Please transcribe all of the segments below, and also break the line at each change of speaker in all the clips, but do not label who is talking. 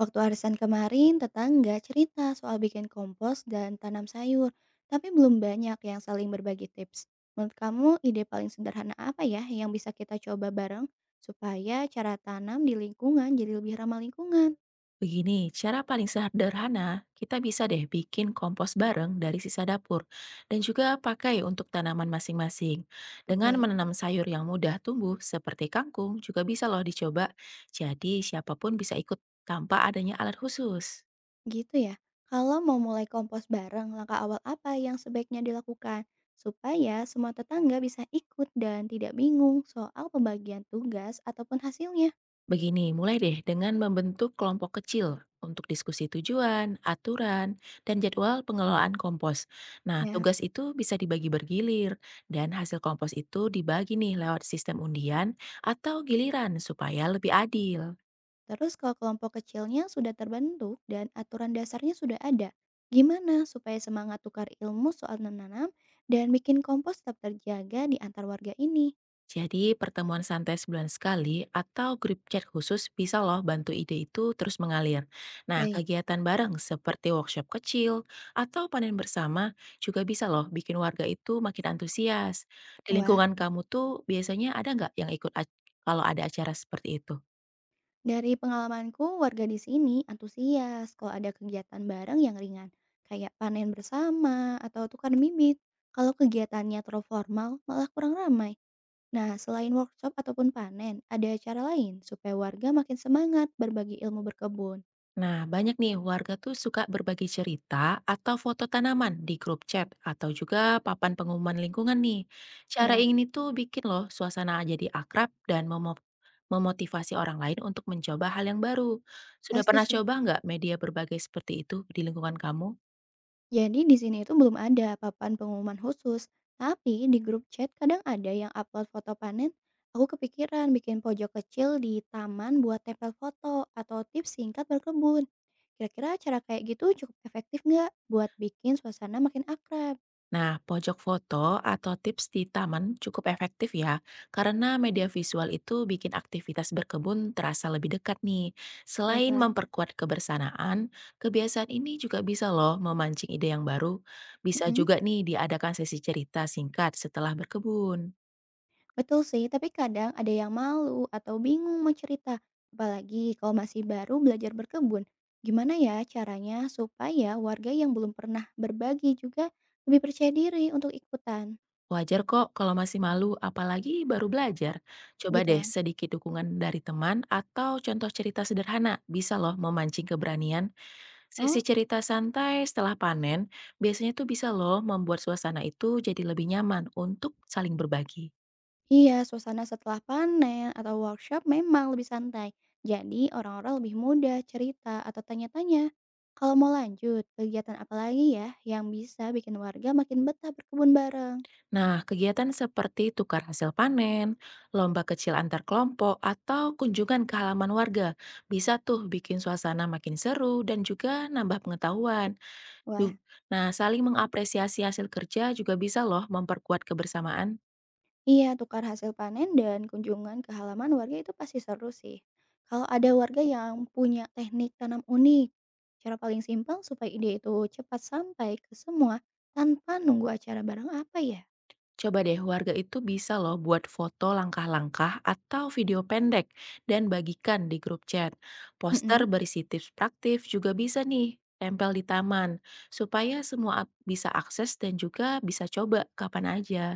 Waktu arisan kemarin, tetangga cerita soal bikin kompos dan tanam sayur, tapi belum banyak yang saling berbagi tips. Menurut kamu, ide paling sederhana apa ya yang bisa kita coba bareng supaya cara tanam di lingkungan jadi lebih ramah lingkungan?
Begini, cara paling sederhana, kita bisa deh bikin kompos bareng dari sisa dapur dan juga pakai untuk tanaman masing-masing. Dengan
Oke,
menanam sayur yang mudah tumbuh seperti kangkung juga bisa loh dicoba. Jadi siapapun bisa ikut tanpa adanya alat khusus.
gitu ya. Kalau mau mulai kompos bareng, langkah awal apa yang sebaiknya dilakukan supaya semua tetangga bisa ikut dan tidak bingung soal pembagian tugas ataupun hasilnya?
Begini, mulai deh dengan membentuk kelompok kecil untuk diskusi tujuan, aturan, dan jadwal pengelolaan kompos. Nah,
Ya.
tugas itu bisa dibagi bergilir, dan hasil kompos itu dibagi nih lewat sistem undian atau giliran supaya lebih adil.
Terus kalau kelompok kecilnya sudah terbentuk dan aturan dasarnya sudah ada, gimana supaya semangat tukar ilmu soal menanam dan bikin kompos tetap terjaga di antar warga ini?
Jadi pertemuan santai sebulan sekali atau grup chat khusus bisa loh bantu ide itu terus mengalir. Nah,
Baik.
kegiatan bareng seperti workshop kecil atau panen bersama juga bisa loh bikin warga itu makin antusias. Di
Wah,
lingkungan kamu tuh biasanya ada nggak yang ikut kalau ada acara seperti itu?
dari pengalamanku warga di sini antusias kalau ada kegiatan bareng yang ringan, kayak panen bersama atau tukar bibit. Kalau kegiatannya terlalu formal, malah kurang ramai. Nah, selain workshop ataupun panen, ada cara lain supaya warga makin semangat berbagi ilmu berkebun.
Nah, banyak nih warga tuh suka berbagi cerita atau foto tanaman di grup chat atau juga papan pengumuman lingkungan nih. Cara
Siap,
ini tuh bikin loh suasana jadi akrab dan memotivasi orang lain untuk mencoba hal yang baru. Sudah
pasti
pernah
sih.
coba nggak media berbagai seperti itu di lingkungan kamu?
Jadi di sini itu belum ada papan pengumuman khusus, tapi di grup chat kadang ada yang upload foto panen. Aku kepikiran bikin pojok kecil di taman buat tempel foto atau tips singkat berkebun. Kira-kira cara kayak gitu cukup efektif nggak buat bikin suasana makin akrab?
Nah, pojok foto atau tips di taman cukup efektif ya, karena media visual itu bikin aktivitas berkebun terasa lebih dekat nih. Selain
Baiklah.
memperkuat kebersamaan, kebiasaan ini juga bisa loh memancing ide yang baru. Bisa
Mm-mm.
juga nih diadakan sesi cerita singkat setelah berkebun.
Betul sih, tapi kadang ada yang malu atau bingung mau cerita, apalagi kalau masih baru belajar berkebun. Gimana ya caranya supaya warga yang belum pernah berbagi juga lebih percaya diri untuk ikutan,
Wajar kok kalau masih malu, apalagi baru belajar. Coba
gitu
deh
lah.
sedikit dukungan dari teman atau contoh cerita sederhana, bisa loh memancing keberanian. Sesi
Oh,
cerita santai setelah panen biasanya tuh bisa loh membuat suasana itu jadi lebih nyaman untuk saling berbagi.
iya, suasana setelah panen atau workshop memang lebih santai. Jadi orang-orang lebih mudah cerita atau tanya-tanya. Kalau mau lanjut, kegiatan apa lagi ya yang bisa bikin warga makin betah berkebun bareng?
Nah, kegiatan seperti tukar hasil panen, lomba kecil antar kelompok, atau kunjungan ke halaman warga bisa tuh bikin suasana makin seru dan juga nambah pengetahuan.
Wah,
Ju- Nah, saling mengapresiasi hasil kerja juga bisa loh memperkuat kebersamaan.
iya, tukar hasil panen dan kunjungan ke halaman warga itu pasti seru sih. Kalau ada warga yang punya teknik tanam unik, cara paling simpel supaya ide itu cepat sampai ke semua tanpa nunggu acara bareng apa ya?
Coba deh warga itu bisa loh buat foto langkah-langkah atau video pendek dan bagikan di grup chat. Poster
Mm-mm.
berisi tips praktif juga bisa nih tempel di taman supaya semua bisa akses dan juga bisa coba kapan aja.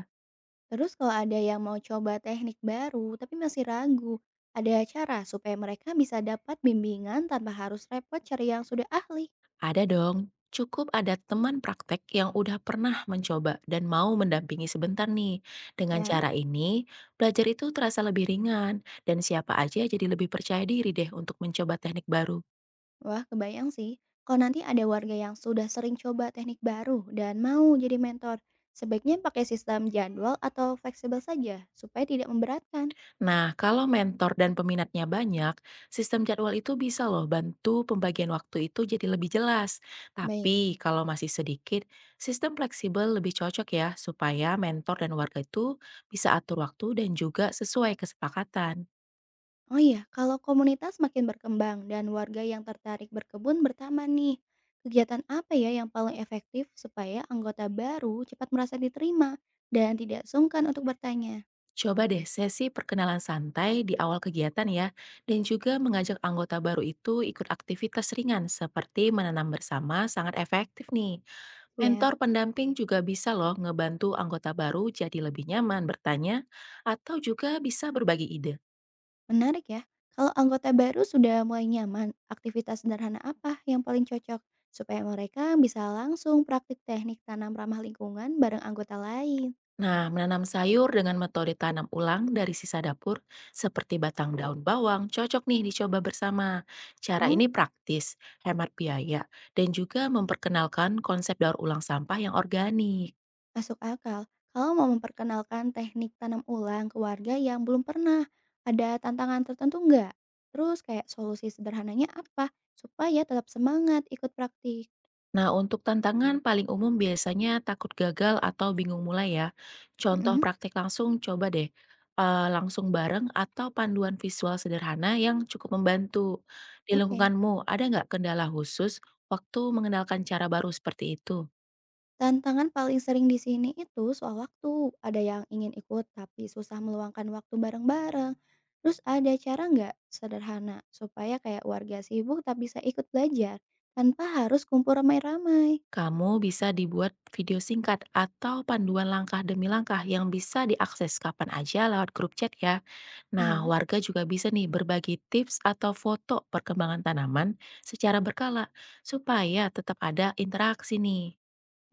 Terus kalau ada yang mau coba teknik baru tapi masih ragu, ada cara supaya mereka bisa dapat bimbingan tanpa harus repot cari yang sudah ahli,
Ada dong, cukup ada teman praktek yang udah pernah mencoba dan mau mendampingi sebentar nih. Dengan
ya?
cara ini, belajar itu terasa lebih ringan dan siapa aja jadi lebih percaya diri deh untuk mencoba teknik baru.
Wah, kebayang sih. Kalau nanti ada warga yang sudah sering coba teknik baru dan mau jadi mentor, sebaiknya pakai sistem jadwal atau fleksibel saja supaya tidak memberatkan.
Nah, kalau mentor dan peminatnya banyak, sistem jadwal itu bisa loh bantu pembagian waktu itu jadi lebih jelas.
Baik.
Tapi kalau masih sedikit, sistem fleksibel lebih cocok ya supaya mentor dan warga itu bisa atur waktu dan juga sesuai kesepakatan.
Oh iya, kalau komunitas makin berkembang dan warga yang tertarik berkebun bertaman nih, kegiatan apa ya yang paling efektif supaya anggota baru cepat merasa diterima dan tidak sungkan untuk bertanya?
Coba deh sesi perkenalan santai di awal kegiatan ya, dan juga mengajak anggota baru itu ikut aktivitas ringan seperti menanam bersama sangat efektif nih.
Ya.
Mentor pendamping juga bisa loh ngebantu anggota baru jadi lebih nyaman bertanya atau juga bisa berbagi ide.
Menarik ya. Kalau anggota baru sudah mulai nyaman, aktivitas sederhana apa yang paling cocok supaya mereka bisa langsung praktik teknik tanam ramah lingkungan bareng anggota lain?
Nah, menanam sayur dengan metode tanam ulang dari sisa dapur seperti batang daun bawang cocok nih dicoba bersama. Cara
Oh,
ini praktis, hemat biaya, dan juga memperkenalkan konsep daur ulang sampah yang organik.
masuk akal. Kalau mau memperkenalkan teknik tanam ulang ke warga yang belum pernah, ada tantangan tertentu nggak? Terus kayak solusi sederhananya apa supaya tetap semangat ikut praktik?
Nah, untuk tantangan paling umum biasanya takut gagal atau bingung mulai ya. Contoh
Mm-mm.
praktek langsung coba deh. Langsung bareng atau panduan visual sederhana yang cukup membantu. Di
Oke.
lingkunganmu ada nggak kendala khusus waktu mengenalkan cara baru seperti itu?
Tantangan paling sering di sini itu soal waktu. Ada yang ingin ikut tapi susah meluangkan waktu bareng-bareng. Terus ada cara nggak sederhana supaya kayak warga sibuk tak bisa ikut belajar tanpa harus kumpul ramai-ramai?
Kamu bisa dibuat video singkat atau panduan langkah demi langkah yang bisa diakses kapan aja lewat grup chat ya. Nah,
Aha,
warga juga bisa nih berbagi tips atau foto perkembangan tanaman secara berkala supaya tetap ada interaksi nih.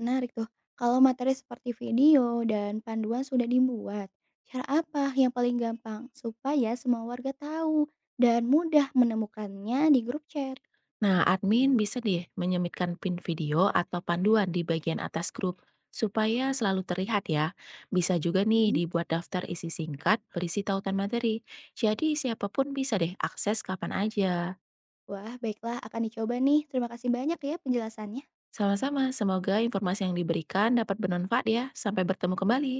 menarik tuh. Kalau materi seperti video dan panduan sudah dibuat, cara apa yang paling gampang supaya semua warga tahu dan mudah menemukannya di grup chat?
Nah, admin bisa deh menyemitkan pin video atau panduan di bagian atas grup supaya selalu terlihat ya. Bisa juga nih
Mhm.
dibuat daftar isi singkat berisi tautan materi. Jadi siapapun bisa deh akses kapan aja.
Wah, baiklah akan dicoba nih. Terima kasih banyak ya penjelasannya.
Sama-sama, semoga informasi yang diberikan dapat bermanfaat ya. Sampai bertemu kembali.